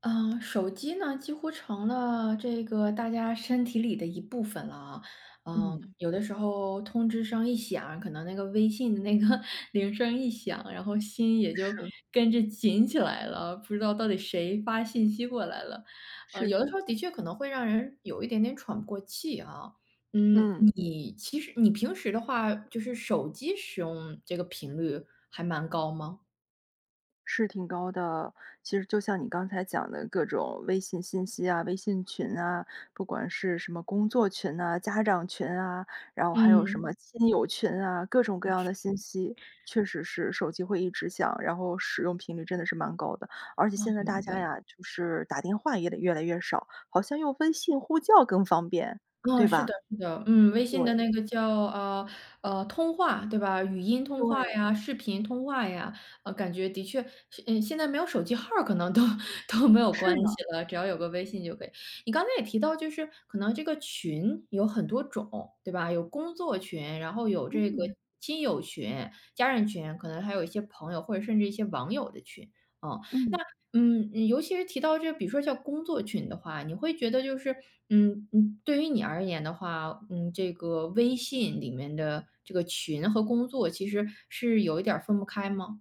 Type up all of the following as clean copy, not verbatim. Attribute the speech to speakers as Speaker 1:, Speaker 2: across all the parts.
Speaker 1: 嗯，手机呢，几乎成了这个大家身体里的一部分了啊。
Speaker 2: 嗯，
Speaker 1: 有的时候通知声一响，可能那个微信的那个 铃声一响，然后心也就
Speaker 2: 是，
Speaker 1: 跟着紧起来了，不知道到底谁发信息过来了。
Speaker 2: 是
Speaker 1: 有
Speaker 2: 的。
Speaker 1: 的时候的确可能会让人有一点点喘不过气啊。
Speaker 2: 嗯，
Speaker 1: 你其实你平时的话，就是手机使用这个频率还蛮高吗？
Speaker 2: 是挺高的。其实就像你刚才讲的各种微信信息啊、微信群啊，不管是什么工作群啊、家长群啊，然后还有什
Speaker 1: 嗯，
Speaker 2: 么亲友群啊，各种各样的信息，确实是手机会一直响，然后使用频率真的是蛮高的。而且
Speaker 1: 啊，
Speaker 2: 现在大
Speaker 1: 明白。
Speaker 2: 家呀，就是打电话也得越来越少，好像用微信呼叫更方便，
Speaker 1: 哦，
Speaker 2: 对
Speaker 1: 是
Speaker 2: 吧？
Speaker 1: 的是的，嗯，微信的
Speaker 2: 对，
Speaker 1: 那个叫，呃，呃，通话，对吧？语音通话
Speaker 2: 对，
Speaker 1: 呀，视频通话呀，感觉的确是现在没有手机号儿可能都 都没有关
Speaker 2: 是呢，
Speaker 1: 系了，只要有个微信就可以。你刚才也提到就是可能这个群有很多种，对吧？有工作群，然后有这个
Speaker 2: 嗯，
Speaker 1: 亲友群、家人群，可能还有一些朋友或者甚至一些网友的群，嗯。
Speaker 2: 嗯。
Speaker 1: 那尤其是提到这，比如说像工作群的话，你会觉得就是，对于你而言的话，这个微信里面的这个群和工作其实是有一点儿分不开吗？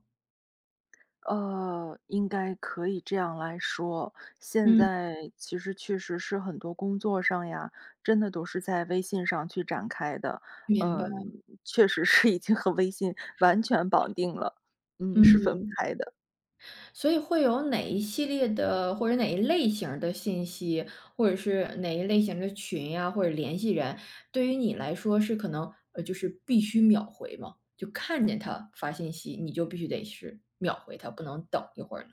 Speaker 2: 应该可以这样来说。现
Speaker 1: 嗯，
Speaker 2: 在其实确实是很多工作上呀，真的都是在微信上去展开的。
Speaker 1: 明白，
Speaker 2: 嗯，确实是已经和微信完全绑定了，嗯，是分
Speaker 1: 嗯，
Speaker 2: 不开的。
Speaker 1: 所以会有哪一系列的或者哪一类型儿的信息，或者是哪一类型的群呀、或者联系人，对于你来说是可能就是必须秒回吗？就看见他发信息，你就必须得是秒回他，不能等一会儿呢？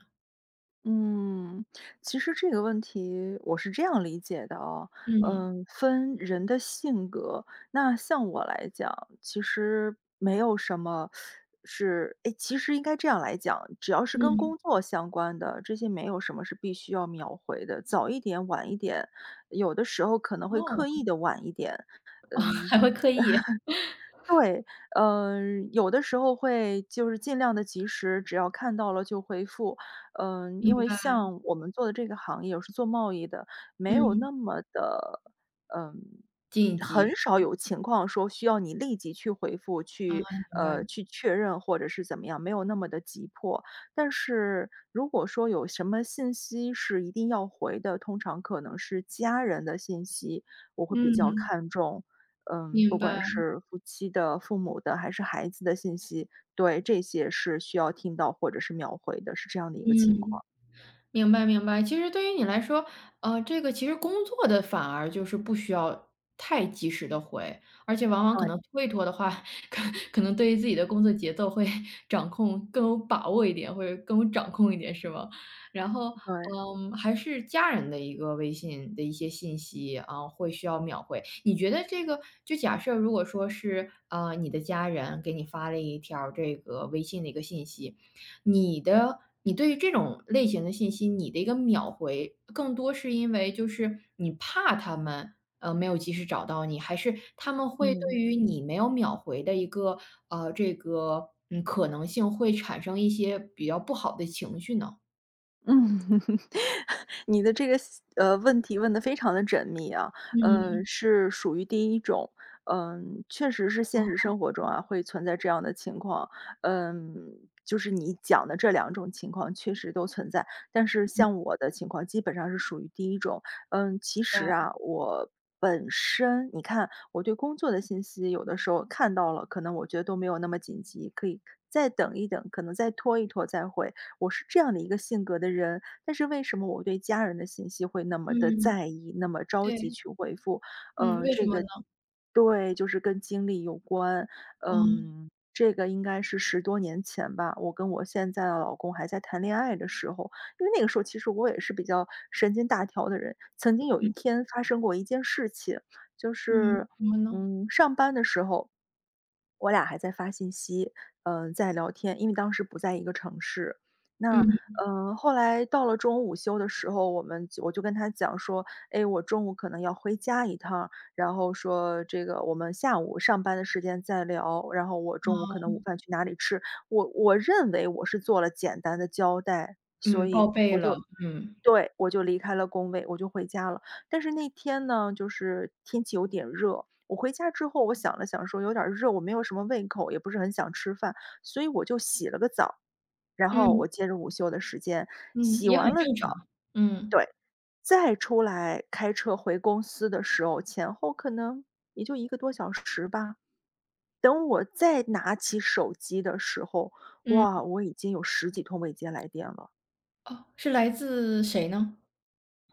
Speaker 2: 嗯，其实这个问题我是这样理解的哦，
Speaker 1: 嗯。
Speaker 2: 嗯，分人的性格。那像我来讲，其实没有什么是，哎，其实应该这样来讲，只要是跟
Speaker 1: 嗯，
Speaker 2: 工作相关的，这些没有什么是必须要秒回的，早一点晚一点，有的时候可能会刻意
Speaker 1: 哦，
Speaker 2: 的晚一点。嗯，
Speaker 1: 还会刻意，
Speaker 2: 对，嗯，有的时候会就是尽量的及时，只要看到了就回复。嗯，因
Speaker 1: 嗯，
Speaker 2: 为像我们做的这个行业，我是做贸易的，没有
Speaker 1: 嗯，
Speaker 2: 那么的嗯，
Speaker 1: 晋
Speaker 2: 很
Speaker 1: 级，
Speaker 2: 少有情况说需要你立即去回复，
Speaker 1: 啊，
Speaker 2: 去
Speaker 1: 明白，
Speaker 2: 呃，去确认或者是怎么样，没有那么的急迫。但是如果说有什么信息是一定要回的，通常可能是家人的信息，我会比较
Speaker 1: 嗯，
Speaker 2: 看重。嗯，不
Speaker 1: 明
Speaker 2: 管
Speaker 1: 白，
Speaker 2: 是夫妻的、父母的还是孩子的信息，对，这些是需要听到或者是秒回的，是这样的一个情
Speaker 1: 嗯。
Speaker 2: 况。
Speaker 1: 明白明白。其实对于你来说，这个其实工作的反而就是不需要太及时的回，而且往往可
Speaker 2: 对
Speaker 1: 能推脱的话，可可能对于自己的工作节奏会 掌控更有把握一点，或者更有掌控一点，是吗？然后，
Speaker 2: 对，
Speaker 1: 嗯，还是家人的一个微信的一些信息啊，会需要秒回。你觉得这个就假设如果说是，你的家人给你发了一条这个微信的一个信息，你对于这种类型的信息，你的一个秒回，更多是因为就是你怕他们，没有及时找到你，还是他们会对
Speaker 2: 嗯。
Speaker 1: 于你没有秒回的一个，可能性会产生一些比较不好的情绪呢？
Speaker 2: 嗯。你的这个问题问得非常的缜密啊，
Speaker 1: 嗯，
Speaker 2: 是属于第一种，嗯，确实是
Speaker 1: 哦，
Speaker 2: 现实
Speaker 1: 明
Speaker 2: 生活中啊，会存在这样的情况。嗯，就是你讲的这两种情况确实都存在，但是像我的情况基本上是属于第一种。嗯，其实
Speaker 1: 白
Speaker 2: 啊，我本身你看我对工作的信息有的时候看到了，可能我觉得都没有那么紧急，可以再等一等，可能再拖一拖再回。我是这样的一个性格的人，但是为什么我对家人的信息会那么的
Speaker 1: 嗯，
Speaker 2: 在意，那么着急
Speaker 1: 对，
Speaker 2: 去回复，
Speaker 1: 嗯，为什
Speaker 2: 这
Speaker 1: 么
Speaker 2: 个
Speaker 1: 呢？
Speaker 2: 对，就是跟经历有关。
Speaker 1: 哦，
Speaker 2: 嗯，这个应该是十多年前吧，我跟我现在的老公还在谈恋爱的时候，因为那个时候其实我也是比较神经大条的人。曾经有一
Speaker 1: 嗯，
Speaker 2: 天发生过一件事情，就
Speaker 1: 嗯，
Speaker 2: 是，
Speaker 1: 什么呢？
Speaker 2: 上班的时候，我俩还在发信息，在聊天，因为当时不在一个城市。那，
Speaker 1: 嗯，
Speaker 2: 后来到了中午午休的时候，我就跟他讲说：“哎，我中午可能要回家一趟。”然后说这个我们下午上班的时间再聊，然后我中午可能午饭去哪里吃。我认为我是做了简单的交代，所
Speaker 1: 嗯，报
Speaker 2: 以
Speaker 1: 备
Speaker 2: 我
Speaker 1: 了，
Speaker 2: 就
Speaker 1: 嗯，
Speaker 2: 对，我就离开了工位，我就回家了。但是那天呢，就是天气有点热，我回家之后，我想了想说有点儿热，我没有什么胃口，也不是很想吃饭，所以我就洗了个澡，然后我
Speaker 1: 嗯，
Speaker 2: 接着午休的时间，
Speaker 1: 嗯，
Speaker 2: 洗
Speaker 1: 也
Speaker 2: 完
Speaker 1: 很
Speaker 2: 了
Speaker 1: 正
Speaker 2: 澡
Speaker 1: 常，嗯，
Speaker 2: 对。再出来开车回公司的时候，前后可能也就一个多小时吧。等我再拿起手机的时候，
Speaker 1: 嗯，
Speaker 2: 哇，我已经有十几通未接来电了。
Speaker 1: 哦，是来自谁呢？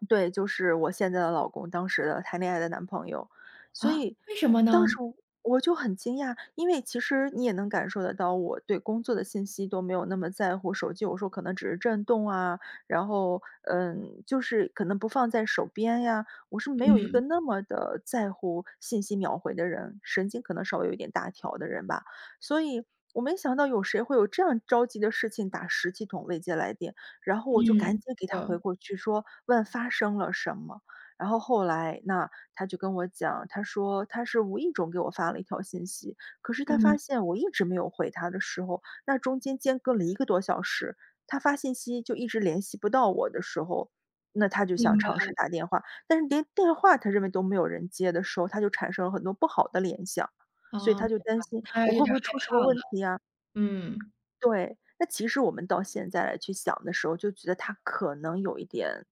Speaker 2: 对，就是我现在的老公，当时的谈恋爱的男朋友。所
Speaker 1: 啊？
Speaker 2: 以
Speaker 1: 为什么
Speaker 2: 当
Speaker 1: 呢？
Speaker 2: 时我就很惊讶，因为其实你也能感受得到，我对工作的信息都没有那么在乎，手机有时候可能只是震动啊，然后，就是可能不放在手边呀，我是没有一个
Speaker 1: 嗯，
Speaker 2: 那么的在乎信息秒回的人，神经可能稍微有一点大条的人吧。所以我没想到有谁会有这样着急的事情打十几通未接来电。然后
Speaker 1: 嗯，
Speaker 2: 我就赶紧给
Speaker 1: 是
Speaker 2: 他回
Speaker 1: 的，
Speaker 2: 过去说，问发生了什么。然后后来，那他就跟我讲，他说他是无意中给我发了一条信息，可是他发
Speaker 1: 嗯，
Speaker 2: 现我一直没有回他的时候，那中间间隔了一个多小时，他发信息就一直联系不到我的时候，那他就
Speaker 1: 明
Speaker 2: 想
Speaker 1: 白，
Speaker 2: 尝试打电话，但是连电话他认为都没有人接的时候，他就产生了很多不好的联想，所以
Speaker 1: 啊，
Speaker 2: 他就担心
Speaker 1: 他
Speaker 2: 我
Speaker 1: 有
Speaker 2: 会不
Speaker 1: 点
Speaker 2: 会
Speaker 1: 害
Speaker 2: 出什
Speaker 1: 怕
Speaker 2: 么问
Speaker 1: 了，
Speaker 2: 题呀？
Speaker 1: 嗯，
Speaker 2: 对，那其实我们到现在来去想的时候，就觉得他可能有一点，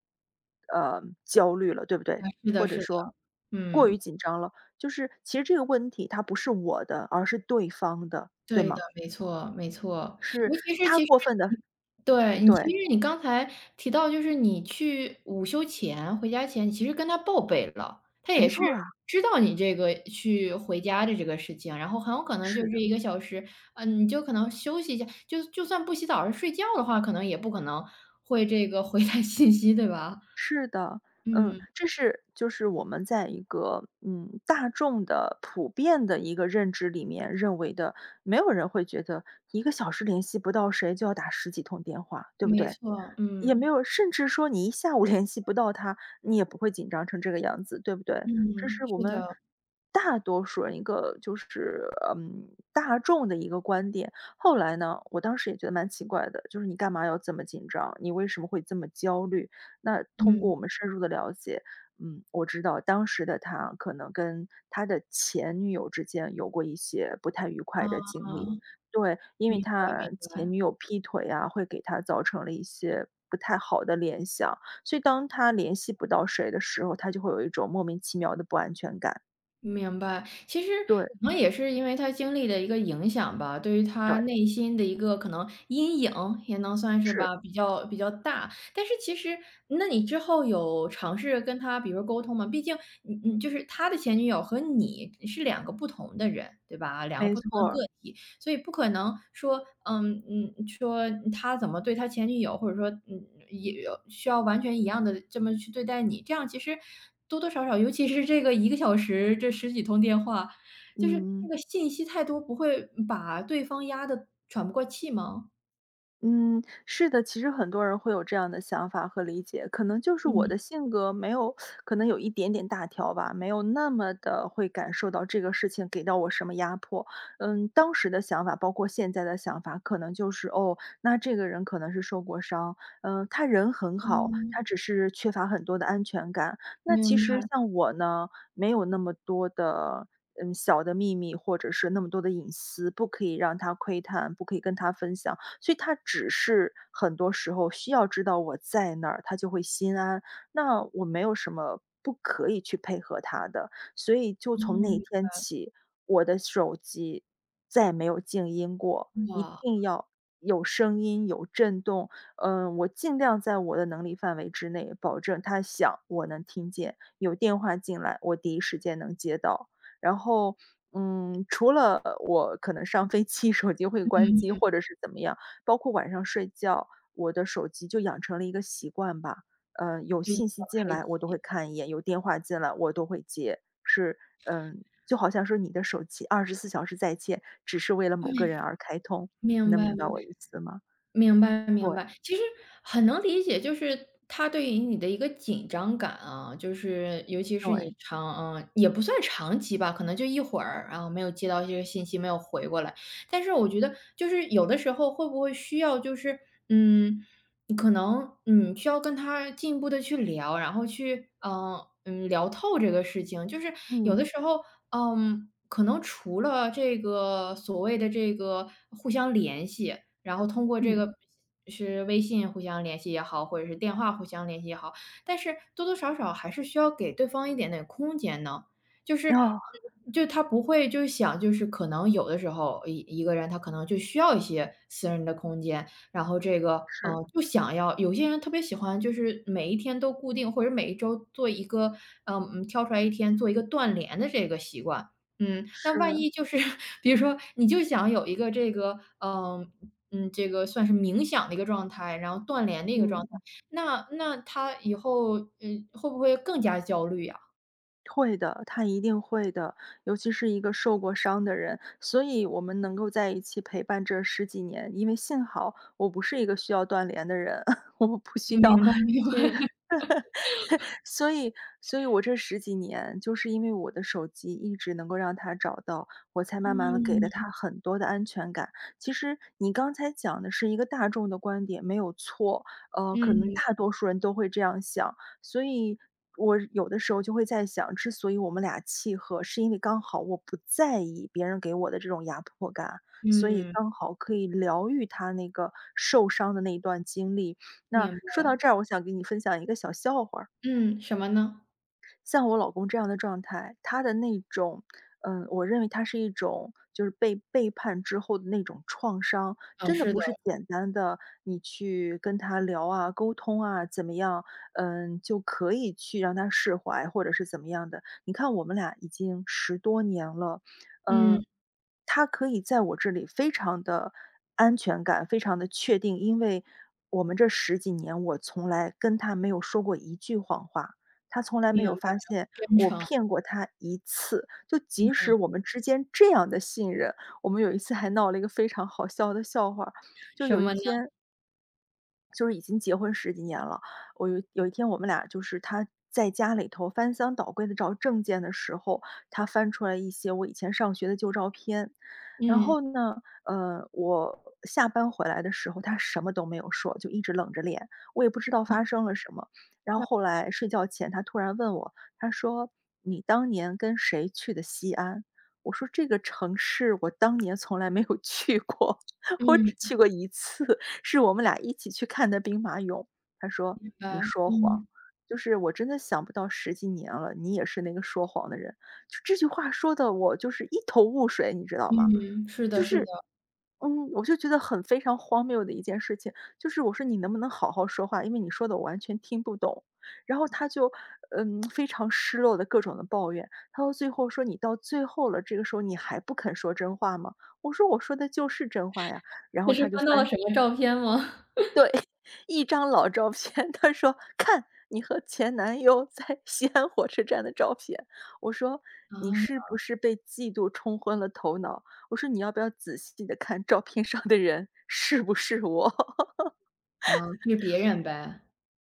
Speaker 2: 焦虑了，对不对？
Speaker 1: 啊，是
Speaker 2: 或
Speaker 1: 的
Speaker 2: 者
Speaker 1: 是的，
Speaker 2: 说过于
Speaker 1: 嗯。
Speaker 2: 紧张了。就是其实这个问题它不是我的，而是对方的，对
Speaker 1: 对的，
Speaker 2: 吗？
Speaker 1: 没错没错。
Speaker 2: 是
Speaker 1: 尤其是
Speaker 2: 他
Speaker 1: 其实
Speaker 2: 过分的，
Speaker 1: 你对，你其
Speaker 2: 对，
Speaker 1: 实你刚才提到就是你去午休前、回家前，你其实跟他报备了，他
Speaker 2: 没
Speaker 1: 也是
Speaker 2: 错啊，
Speaker 1: 知道你这个去回家的这个事情，然后很有可能就
Speaker 2: 是
Speaker 1: 是
Speaker 2: 的，
Speaker 1: 一个小时，嗯，你就可能休息一下，就算不洗澡儿睡觉的话，可能也不可能会这个回他信息，对吧？
Speaker 2: 是的。嗯，
Speaker 1: 嗯，
Speaker 2: 这是就是我们在一个，大众的普遍的一个认知里面认为的，没有人会觉得一个小时联系不到谁就要打十几通电话，对不
Speaker 1: 没
Speaker 2: 对？
Speaker 1: 错，
Speaker 2: 也没
Speaker 1: 嗯，
Speaker 2: 有甚至说你一下午 联系不到他，你也不会紧张成这个样子，对不对？这
Speaker 1: 嗯，
Speaker 2: 是我
Speaker 1: 是
Speaker 2: 们
Speaker 1: 的，
Speaker 2: 大多数人一个就是，大众的一个观点。后来呢，我当时也觉得蛮奇怪的，就是你干嘛要这么紧张？你为什么会这么焦虑？那通过
Speaker 1: 嗯，
Speaker 2: 我们深入的了解，嗯，我知道当时的他可能跟他的前女友之间有过一些不太愉
Speaker 1: 啊，
Speaker 2: 快的经历。对，因为他
Speaker 1: 明
Speaker 2: 前
Speaker 1: 白。
Speaker 2: 女友劈腿啊，会给他造成了一些不太好的联想，所以当他联系不到谁的时候，他就会有一种莫名其妙的不安全感。
Speaker 1: 明白，其实
Speaker 2: 对，
Speaker 1: 可能也是因为他经历的一个影响吧，对于
Speaker 2: 对，
Speaker 1: 他内心的一个可能阴影也能算是
Speaker 2: 是，
Speaker 1: 吧，比较比较大。但是其实，那你之后有尝试跟他比如说沟通吗？毕竟你就是他的前女友和你是两个不同的人，对吧？两个
Speaker 2: 没
Speaker 1: 不同的
Speaker 2: 错
Speaker 1: 个
Speaker 2: 儿，
Speaker 1: 体。所以不可能说，说他怎么对他前女友，或者说，嗯，也有需要完全一样的这么去对待你，这样其实多多少少，尤其是这个一个小时，这十几通电话，就是
Speaker 2: 嗯。
Speaker 1: 那个信息太多，不会把对方压得喘不过气吗？
Speaker 2: 嗯，是的，其实很多人会有这样的想法和理解，可能就是我
Speaker 1: 嗯，
Speaker 2: 的性格没有，可能有一点点大条吧，没有那么的会感受到这个事情给到我什么压迫。嗯，当时的想法，包括现在的想法，可能就是哦，那这个人可能是受过伤，嗯，他人很好，他
Speaker 1: 嗯，
Speaker 2: 只是缺乏很多的安全感。那其
Speaker 1: 明
Speaker 2: 实
Speaker 1: 白，
Speaker 2: 像我呢，没有那么多的。嗯，小的秘密或者是那么多的隐私，不可以让他窥探，不可以跟他分享，所以他只是很多时候需要知道我在那儿，他就会心安。那我没有什么不可以去配合他的，所以就从那一
Speaker 1: 嗯，
Speaker 2: 天起，我的手机再没有静音过，一
Speaker 1: 哇，
Speaker 2: 定要有声音、有震动。嗯，我尽量在我的能力范围之内，保证他响我能听见，有电话进来我第一时间能接到。然后，除了我可能上飞机 手机会关机或者是怎么样，包括晚上睡觉，我的手机就养成了一个习惯吧，嗯，有
Speaker 1: 就一
Speaker 2: 信息进
Speaker 1: 拍
Speaker 2: 来我都会
Speaker 1: 即，
Speaker 2: 看一眼，有电话进来我都会接，是，就好像说你的手机24小时在线，只是为了
Speaker 1: 嗯，
Speaker 2: 某个人而开通，你
Speaker 1: 明
Speaker 2: 能
Speaker 1: 白
Speaker 2: 明白
Speaker 1: 明
Speaker 2: 我
Speaker 1: 白。
Speaker 2: 意思吗？
Speaker 1: 明白
Speaker 2: 对，
Speaker 1: 明白，其实很能理解，就是他对于你的一个紧张感啊，就是尤其是
Speaker 2: 对，
Speaker 1: 你长嗯，也不算长期吧，可能就一会儿，然后没有接到这个信息，没有回过来。但是我觉得就是有的时候会不会需要就是嗯，可能需要跟他进一步的去聊，然后去聊透这个事情。就是有
Speaker 2: 嗯，
Speaker 1: 的时候，可能除了这个所谓的这个互相联系然后通过这
Speaker 2: 嗯，
Speaker 1: 个是微信互相联系也好，或者是电话互相联系也好，但是多多少少还是需要给对方一点点空间呢。就是
Speaker 2: 哦，
Speaker 1: 嗯就他不会就想就是可能有的时候一个人他可能就需要一些私人的空间，然后这个，
Speaker 2: 是，
Speaker 1: 就想要有些人特别喜欢就是每一天都固定或者每一周做一个，挑出来一天做一个断联的这个习惯。嗯，那万
Speaker 2: 是，
Speaker 1: 一就是 比如说你就想有一个这个，这个算是冥想的一个状态，然后断联的一个状态，
Speaker 2: 嗯。
Speaker 1: 那他以后会不会更加焦虑呀？
Speaker 2: 会的，他一定会的，尤其是一个受过伤的人，所以我们能够在一起陪伴这十几年，因为幸好我不是一个需要断联的人，我不需
Speaker 1: 嗯
Speaker 2: 要
Speaker 1: 明白明白，
Speaker 2: 去 所以所以我这十几年，就是因为我的手机一直能够让他找到，我才慢慢的给了
Speaker 1: 嗯
Speaker 2: 他很多的安全感。其实你刚才讲的是一个大众的观点，没有错，可能
Speaker 1: 嗯
Speaker 2: 大多数人都会这样想。所以我有的时候就会在想，之所以我们俩契合，是因为刚好我不在意别人给我的这种压迫感，所以
Speaker 1: 嗯，
Speaker 2: 刚好可以疗愈他那个受伤的那一段经历。那
Speaker 1: 明
Speaker 2: 说到
Speaker 1: 白，
Speaker 2: 这儿，我想给你分享一个小笑话儿。
Speaker 1: 嗯，什么呢？
Speaker 2: 像我老公这样的状态，他的那种，嗯，我认为他是一种就是被背叛之后的那种创伤，
Speaker 1: 嗯，
Speaker 2: 真的
Speaker 1: 是
Speaker 2: 不
Speaker 1: 的，
Speaker 2: 是简单的你去跟他聊啊、沟通啊怎么样，嗯，就可以去让他释怀或者是怎么样的。你看我们俩已经十多年了，嗯，
Speaker 1: 嗯，
Speaker 2: 他可以在我这里非常的安全感，非常的确定，因为我们这十几年我从来跟他没有说过一句谎话。他从来没
Speaker 1: 明
Speaker 2: 有
Speaker 1: 白，
Speaker 2: 发现
Speaker 1: 真
Speaker 2: 我
Speaker 1: 诚，
Speaker 2: 骗过他一次，就即使我们之间这样的信任，我们有一次还闹了一个非常好笑的笑话儿，就
Speaker 1: 什
Speaker 2: 有一
Speaker 1: 么呢？
Speaker 2: 天就是已经结婚十几年了，我有一天我们俩就是他在家里头翻箱倒柜的找证件的时候，他翻出来一些我以前上学的旧照片。然
Speaker 1: 嗯，
Speaker 2: 后呢，我下班回来的时候，他什么都没有说，就一直冷着脸，我也不知道发生了什么。然后
Speaker 1: 那
Speaker 2: 后来睡觉前，他突然问我，他说：“你当年跟谁去的西安？”我说：“这个城市我当年从来没有去过，
Speaker 1: 嗯，
Speaker 2: 我只
Speaker 1: 明
Speaker 2: 去过一次。”是我们俩一起去看的兵马俑。他说：“你
Speaker 1: 白，
Speaker 2: 说谎，
Speaker 1: 嗯
Speaker 2: 就是我真的想不到十几年了，你也是那个说谎的人。”就这句话说的我就是一头雾水，你知道吗？
Speaker 1: 嗯，是
Speaker 2: 就
Speaker 1: 的，是
Speaker 2: 是
Speaker 1: 的，
Speaker 2: 嗯，我就觉得很非常荒谬的一件事情，就是我说：“你能不能好好说话？因为你说的我完全听不懂。”然后他就，嗯，非常失落的各种的抱怨，他到最后说：“你到最后了，这个时候你还不肯说真话吗？”我说：“我说的就是真话呀。”然后
Speaker 1: 这
Speaker 2: 他
Speaker 1: 是
Speaker 2: 就
Speaker 1: 翻到了
Speaker 2: 翻
Speaker 1: 什么照片吗？
Speaker 2: 对，一张老照片，他说：“看，你和前男友在西安火车站的照片。”我说：“你 是
Speaker 1: 啊
Speaker 2: 不是被嫉妒冲昏了头脑？”我说：“你要不要仔细的看照片上的人是不是我？”
Speaker 1: 啊，是别人呗。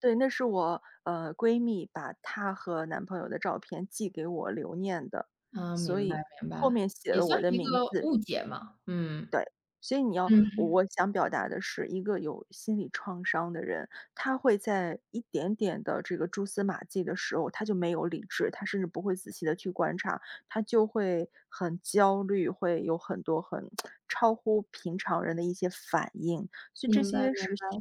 Speaker 2: 对，那是我，闺蜜把她和男朋友的照片寄给我留念的，
Speaker 1: 啊，
Speaker 2: 所
Speaker 1: 明白
Speaker 2: 以
Speaker 1: 明
Speaker 2: 后
Speaker 1: 白，
Speaker 2: 面写
Speaker 1: 也
Speaker 2: 了我
Speaker 1: 算
Speaker 2: 的
Speaker 1: 是一
Speaker 2: 名
Speaker 1: 个
Speaker 2: 字。
Speaker 1: 误解嘛，嗯，
Speaker 2: 对，所以你要
Speaker 1: 嗯，
Speaker 2: 我想表达的是，一个有心理创伤的人，他会在一点点的这个蛛丝马迹的时候，他就没有理智，他甚至不会仔细的去观察，他就会很焦虑，会有很多很 超乎平常人的一些反应，所以这
Speaker 1: 明白
Speaker 2: 些
Speaker 1: 明
Speaker 2: 是需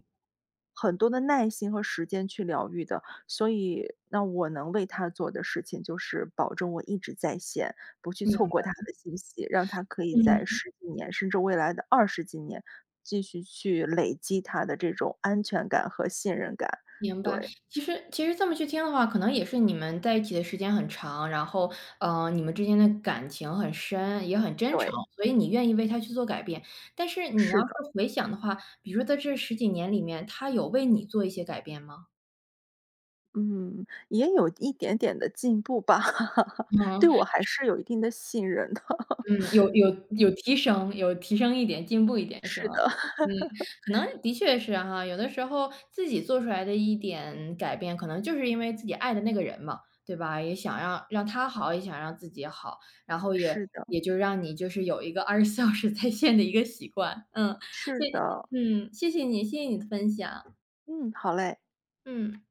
Speaker 2: 很多的耐心和时间去疗愈的。所以，那我能为他做的事情就是保证我一直在线，不去
Speaker 1: 明
Speaker 2: 错过他的信息，让他可以在
Speaker 1: 嗯，
Speaker 2: 十几年，甚至未来的二十几年，继续去累积他的这种安全感和信任感。
Speaker 1: 明白。
Speaker 2: 对，
Speaker 1: 其实其实这么去听的话，可能也是你们在一起的时间很长，然后，你们之间的感情很深，也很真诚，
Speaker 2: 对，
Speaker 1: 所以你愿意为他去做改变。但是你要
Speaker 2: 是
Speaker 1: 是
Speaker 2: 的，
Speaker 1: 回想的话，比如说在这十几年里面，他有为你做一些改变吗？
Speaker 2: 嗯，也有一点点的进步吧，对我
Speaker 1: 嗯。
Speaker 2: 还是有一定的信任的。
Speaker 1: 嗯,有提升有提升一点，进步一点是
Speaker 2: 是的，
Speaker 1: 吗？嗯，可能的确是哈，有的时候自己做出来的一点改变，可能就是因为自己爱的那个人嘛，对吧？也想让让他好，也想让自己好，然后也
Speaker 2: 是的，
Speaker 1: 也就让你就是有一个24 小时在线的一个习惯，嗯，
Speaker 2: 是
Speaker 1: 所以
Speaker 2: 的，
Speaker 1: 嗯，谢谢你，谢谢你的分享，
Speaker 2: 嗯，好嘞。
Speaker 1: 嗯。